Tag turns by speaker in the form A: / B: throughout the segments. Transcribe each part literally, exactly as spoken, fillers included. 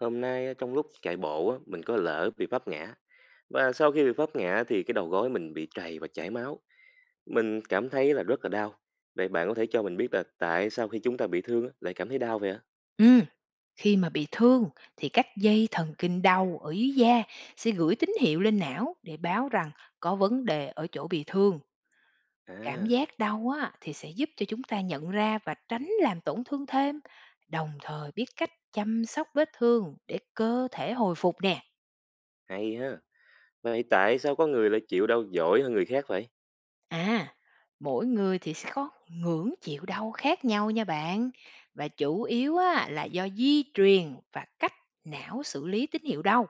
A: Hôm nay trong lúc chạy bộ á, mình có lỡ bị vấp ngã và sau khi bị vấp ngã thì cái đầu gối mình bị trầy và chảy máu. Mình cảm thấy là rất là đau. Vậy bạn có thể cho mình biết là tại sao khi chúng ta bị thương á, lại cảm thấy đau vậy ạ?
B: Ừm, Khi mà bị thương thì các dây thần kinh đau ở dưới da sẽ gửi tín hiệu lên não để báo rằng có vấn đề ở chỗ bị thương. Cảm
A: À,
B: giác đau á, thì sẽ giúp cho chúng ta nhận ra và tránh làm tổn thương thêm, đồng thời biết cách chăm sóc vết thương để cơ thể hồi phục nè.
A: hay ha. Vậy tại sao có người lại chịu đau giỏi hơn người khác vậy?
B: À, mỗi người thì sẽ có ngưỡng chịu đau khác nhau nha bạn. Và chủ yếu á, là do di truyền và cách não xử lý tín hiệu đau.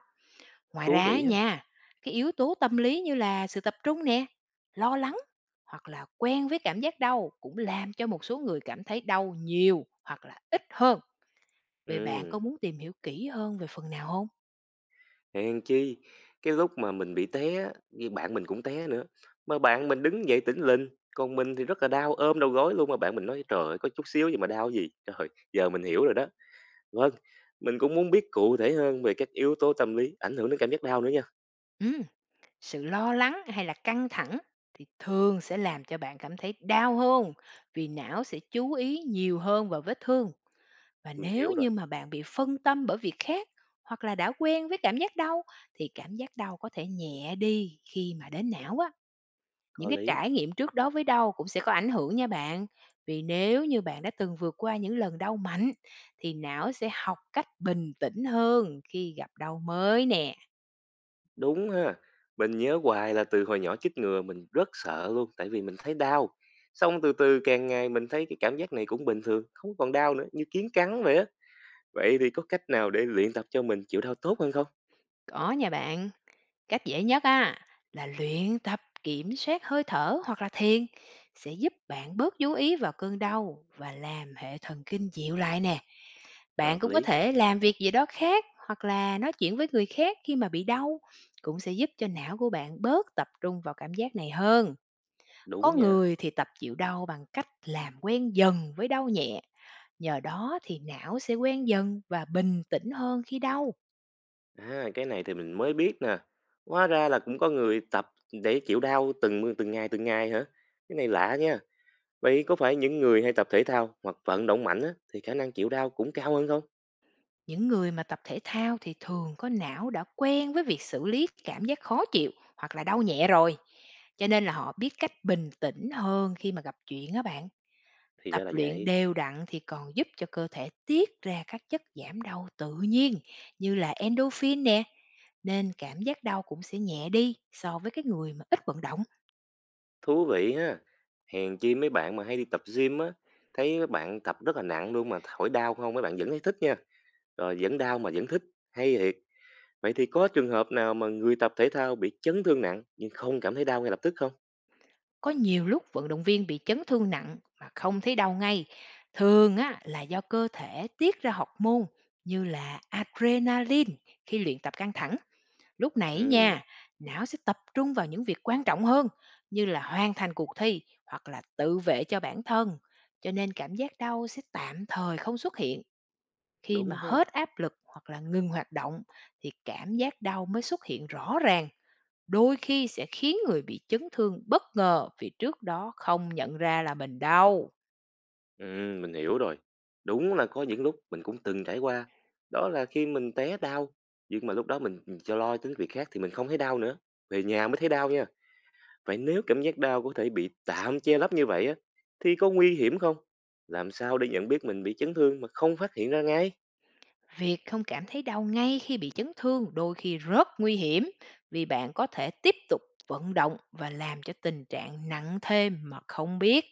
B: Ngoài
A: Thú
B: ra á
A: vị ha.
B: nha, cái yếu tố tâm lý như là sự tập trung nè, lo lắng, hoặc là quen với cảm giác đau cũng làm cho một số người cảm thấy đau nhiều hoặc là ít hơn. Vậy bạn
A: Ừ,
B: có muốn tìm hiểu kỹ hơn về phần nào không?
A: hèn chi cái lúc mà mình bị té, á, thì bạn mình cũng té nữa. Mà bạn mình đứng dậy tỉnh lình, còn mình thì rất là đau ôm đầu gối luôn mà bạn mình nói trời ơi, có chút xíu gì mà đau gì. Trời, giờ mình hiểu rồi đó. Vâng, mình cũng muốn biết cụ thể hơn về các yếu tố tâm lý ảnh hưởng đến cảm giác đau nữa nha.
B: Ừm, Sự lo lắng hay là căng thẳng thì thường sẽ làm cho bạn cảm thấy đau hơn vì não sẽ chú ý nhiều hơn vào vết thương. Và
A: Mình
B: nếu
A: hiểu rồi,
B: như mà bạn bị phân tâm bởi việc khác, hoặc là đã quen với cảm giác đau, thì cảm giác đau có thể nhẹ đi khi mà đến não á. Những
A: có
B: cái
A: lý.
B: trải nghiệm trước đó với đau cũng sẽ có ảnh hưởng nha bạn. Vì nếu như bạn đã từng vượt qua những lần đau mạnh thì não sẽ học cách bình tĩnh hơn khi gặp đau mới nè.
A: Đúng ha. Mình nhớ hoài là từ hồi nhỏ chích ngừa mình rất sợ luôn tại vì mình thấy đau. Xong từ từ càng ngày mình thấy cái cảm giác này cũng bình thường, không còn đau nữa, như kiến cắn vậy á. Vậy thì có cách nào để luyện tập cho mình chịu đau tốt hơn không?
B: Có nha bạn, cách dễ nhất á là luyện tập kiểm soát hơi thở hoặc là thiền, sẽ giúp bạn bớt chú ý vào cơn đau và làm hệ thần kinh dịu lại nè.
A: Hợp
B: Bạn cũng có
A: lý,
B: thể làm việc gì đó khác hoặc là nói chuyện với người khác, khi mà bị đau cũng sẽ giúp cho não của bạn bớt tập trung vào cảm giác này hơn. Có
A: đúng nha.
B: người thì tập chịu đau bằng cách làm quen dần với đau nhẹ, nhờ đó thì não sẽ quen dần và bình tĩnh hơn khi đau.
A: À, cái này thì mình mới biết nè. Hóa ra là cũng có người tập để chịu đau từng từng ngày từng ngày hả? Cái này lạ nha. Vậy có phải những người hay tập thể thao hoặc vận động mạnh á, thì khả năng chịu đau cũng cao hơn không?
B: Những người mà tập thể thao thì thường có não đã quen với việc xử lý cảm giác khó chịu hoặc là đau nhẹ rồi, cho nên là họ biết cách bình tĩnh hơn khi mà gặp chuyện á bạn.
A: Thì
B: Tập
A: ra là
B: luyện
A: vậy.
B: đều đặn thì còn giúp cho cơ thể tiết ra các chất giảm đau tự nhiên như là endorphin nè, nên cảm giác đau cũng sẽ nhẹ đi so với cái người mà ít vận động.
A: Thú vị ha. Hèn chi mấy bạn mà hay đi tập gym á, thấy mấy bạn tập rất là nặng luôn mà hỏi đau không mấy bạn vẫn thấy thích nha. Rồi vẫn đau mà vẫn thích. Hay thiệt. Vậy thì có trường hợp nào mà người tập thể thao bị chấn thương nặng nhưng không cảm thấy đau ngay lập tức không?
B: Có nhiều lúc vận động viên bị chấn thương nặng mà không thấy đau ngay, thường á là do cơ thể tiết ra hormone môn như là adrenaline khi luyện tập căng thẳng. Lúc nãy
A: Ừ,
B: nha, não sẽ tập trung vào những việc quan trọng hơn như là hoàn thành cuộc thi hoặc là tự vệ cho bản thân. Cho nên cảm giác đau sẽ tạm thời không xuất hiện, khi mà
A: đúng ha.
B: hết áp lực hoặc là ngừng hoạt động thì cảm giác đau mới xuất hiện rõ ràng, đôi khi sẽ khiến người bị chấn thương bất ngờ vì trước đó không nhận ra là mình đau.
A: Ừm, mình hiểu rồi. Đúng là có những lúc mình cũng từng trải qua, đó là khi mình té đau, nhưng mà lúc đó mình, ừm, cho lo tính việc khác thì mình không thấy đau nữa, về nhà mới thấy đau nha. Vậy nếu cảm giác đau có thể bị tạm che lấp như vậy á, thì có nguy hiểm không? Làm sao để nhận biết mình bị chấn thương mà không phát hiện ra ngay?
B: Việc không cảm thấy đau ngay khi bị chấn thương đôi khi rất nguy hiểm, vì bạn có thể tiếp tục vận động và làm cho tình trạng nặng thêm mà không biết.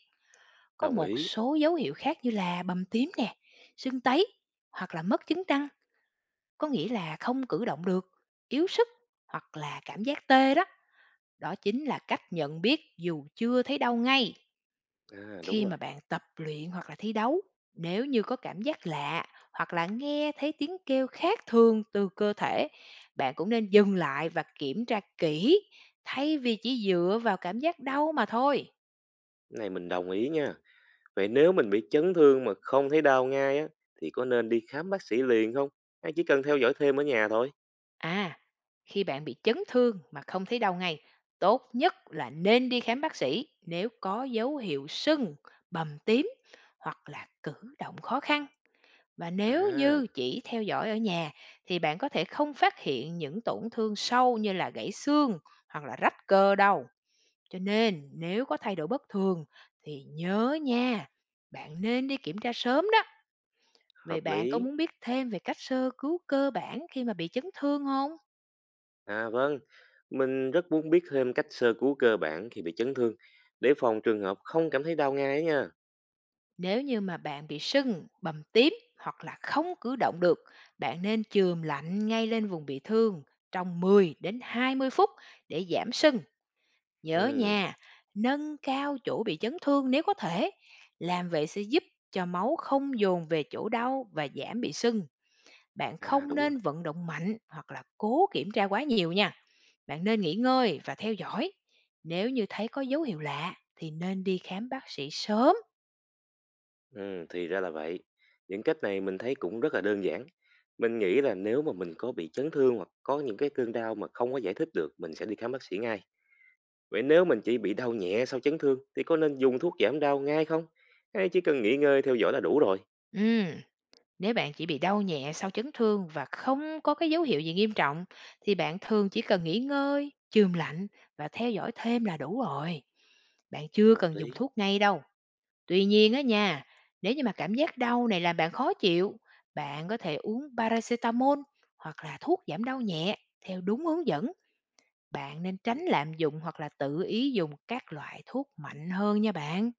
B: Có
A: Đồng
B: một
A: ý.
B: số dấu hiệu khác như là bầm tím nè, sưng tấy, hoặc là mất chứng trăng, có nghĩa là không cử động được, yếu sức, hoặc là cảm giác tê đó. Đó chính là cách nhận biết dù chưa thấy đau ngay.
A: À, đúng
B: Khi
A: rồi,
B: mà bạn tập luyện hoặc là thi đấu, nếu như có cảm giác lạ hoặc là nghe thấy tiếng kêu khác thường từ cơ thể, bạn cũng nên dừng lại và kiểm tra kỹ, thay vì chỉ dựa vào cảm giác đau mà thôi.
A: cái này mình đồng ý nha. Vậy nếu mình bị chấn thương mà không thấy đau ngay á, thì có nên đi khám bác sĩ liền không? Hay chỉ cần theo dõi thêm ở nhà thôi?
B: à Khi bạn bị chấn thương mà không thấy đau ngay, tốt nhất là nên đi khám bác sĩ nếu có dấu hiệu sưng, bầm tím, hoặc là cử động khó khăn. Và nếu
A: À,
B: như chỉ theo dõi ở nhà thì bạn có thể không phát hiện những tổn thương sâu như là gãy xương hoặc là rách cơ đâu. Cho nên nếu có thay đổi bất thường thì nhớ nha, bạn nên đi kiểm tra sớm đó. Vậy
A: hợp
B: bạn có
A: lý.
B: muốn biết thêm về cách sơ cứu cơ bản khi mà bị chấn thương không?
A: À vâng, mình rất muốn biết thêm cách sơ cứu cơ bản khi bị chấn thương để phòng trường hợp không cảm thấy đau ngay ấy nha.
B: Nếu như mà bạn bị sưng, bầm tím, hoặc là không cử động được, bạn nên chườm lạnh ngay lên vùng bị thương trong mười đến hai mươi phút để giảm sưng. Nhớ
A: Ừ,
B: nha, nâng cao chỗ bị chấn thương nếu có thể. Làm vậy sẽ giúp cho máu không dồn về chỗ đau và giảm bị sưng. Bạn
A: à
B: không
A: đúng rồi.
B: nên vận động mạnh hoặc là cố kiểm tra quá nhiều nha. Bạn nên nghỉ ngơi và theo dõi. Nếu như thấy có dấu hiệu lạ thì nên đi khám bác sĩ sớm.
A: Ừ, thì ra là vậy. Những cách này mình thấy cũng rất là đơn giản. Mình nghĩ là nếu mà mình có bị chấn thương hoặc có những cái cơn đau mà không có giải thích được, mình sẽ đi khám bác sĩ ngay. Vậy nếu mình chỉ bị đau nhẹ sau chấn thương thì có nên dùng thuốc giảm đau ngay không? Hay chỉ cần nghỉ ngơi theo dõi là đủ rồi?
B: Ừm, Nếu bạn chỉ bị đau nhẹ sau chấn thương và không có cái dấu hiệu gì nghiêm trọng thì bạn thường chỉ cần nghỉ ngơi, chườm lạnh, và theo dõi thêm là đủ rồi. Bạn chưa
A: Hợp
B: cần dùng
A: lý.
B: thuốc ngay đâu. Tuy nhiên á nha, nếu như mà cảm giác đau này làm bạn khó chịu, bạn có thể uống paracetamol hoặc là thuốc giảm đau nhẹ theo đúng hướng dẫn. Bạn nên tránh lạm dụng hoặc là tự ý dùng các loại thuốc mạnh hơn nha bạn.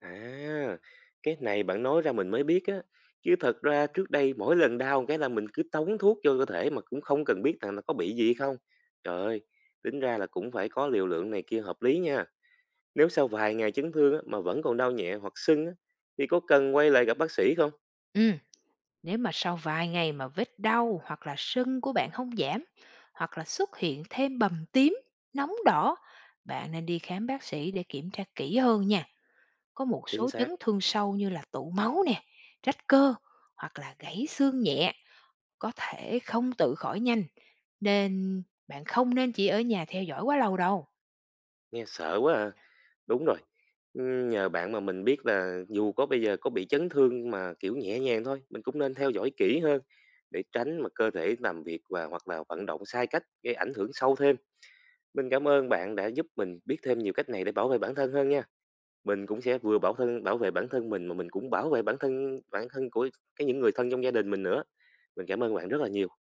A: À, cái này bạn nói ra mình mới biết á, chứ thật ra trước đây mỗi lần đau cái là mình cứ tống thuốc vô cơ thể mà cũng không cần biết rằng là có bị gì không. Trời ơi, tính ra là cũng phải có liều lượng này kia hợp lý nha. Nếu sau vài ngày chấn thương á, mà vẫn còn đau nhẹ hoặc sưng á, thì có cần quay lại gặp bác sĩ không?
B: Ừ, nếu mà sau vài ngày mà vết đau hoặc là sưng của bạn không giảm, hoặc là xuất hiện thêm bầm tím, nóng đỏ, bạn nên đi khám bác sĩ để kiểm tra kỹ hơn nha. Có một
A: Chính
B: số chấn
A: xác,
B: thương sâu như là tụ máu nè, rách cơ, hoặc là gãy xương nhẹ, có thể không tự khỏi nhanh, nên bạn không nên chỉ ở nhà theo dõi quá lâu đâu.
A: nghe sợ quá à. Đúng rồi, ưm, nhờ bạn mà mình biết là dù có bây giờ có bị chấn thương mà, kiểu, nhẹ nhàng thôi, mình cũng nên theo dõi kỹ hơn để tránh mà cơ thể làm việc và hoặc là vận động sai cách gây ảnh hưởng sâu thêm. Mình cảm ơn bạn đã giúp mình biết thêm nhiều cách này để bảo vệ bản thân hơn nha. Mình cũng sẽ vừa bảo thân bảo vệ bản thân mình mà mình cũng bảo vệ bản thân bản thân của cái những người thân trong gia đình mình nữa. Mình cảm ơn bạn rất là nhiều.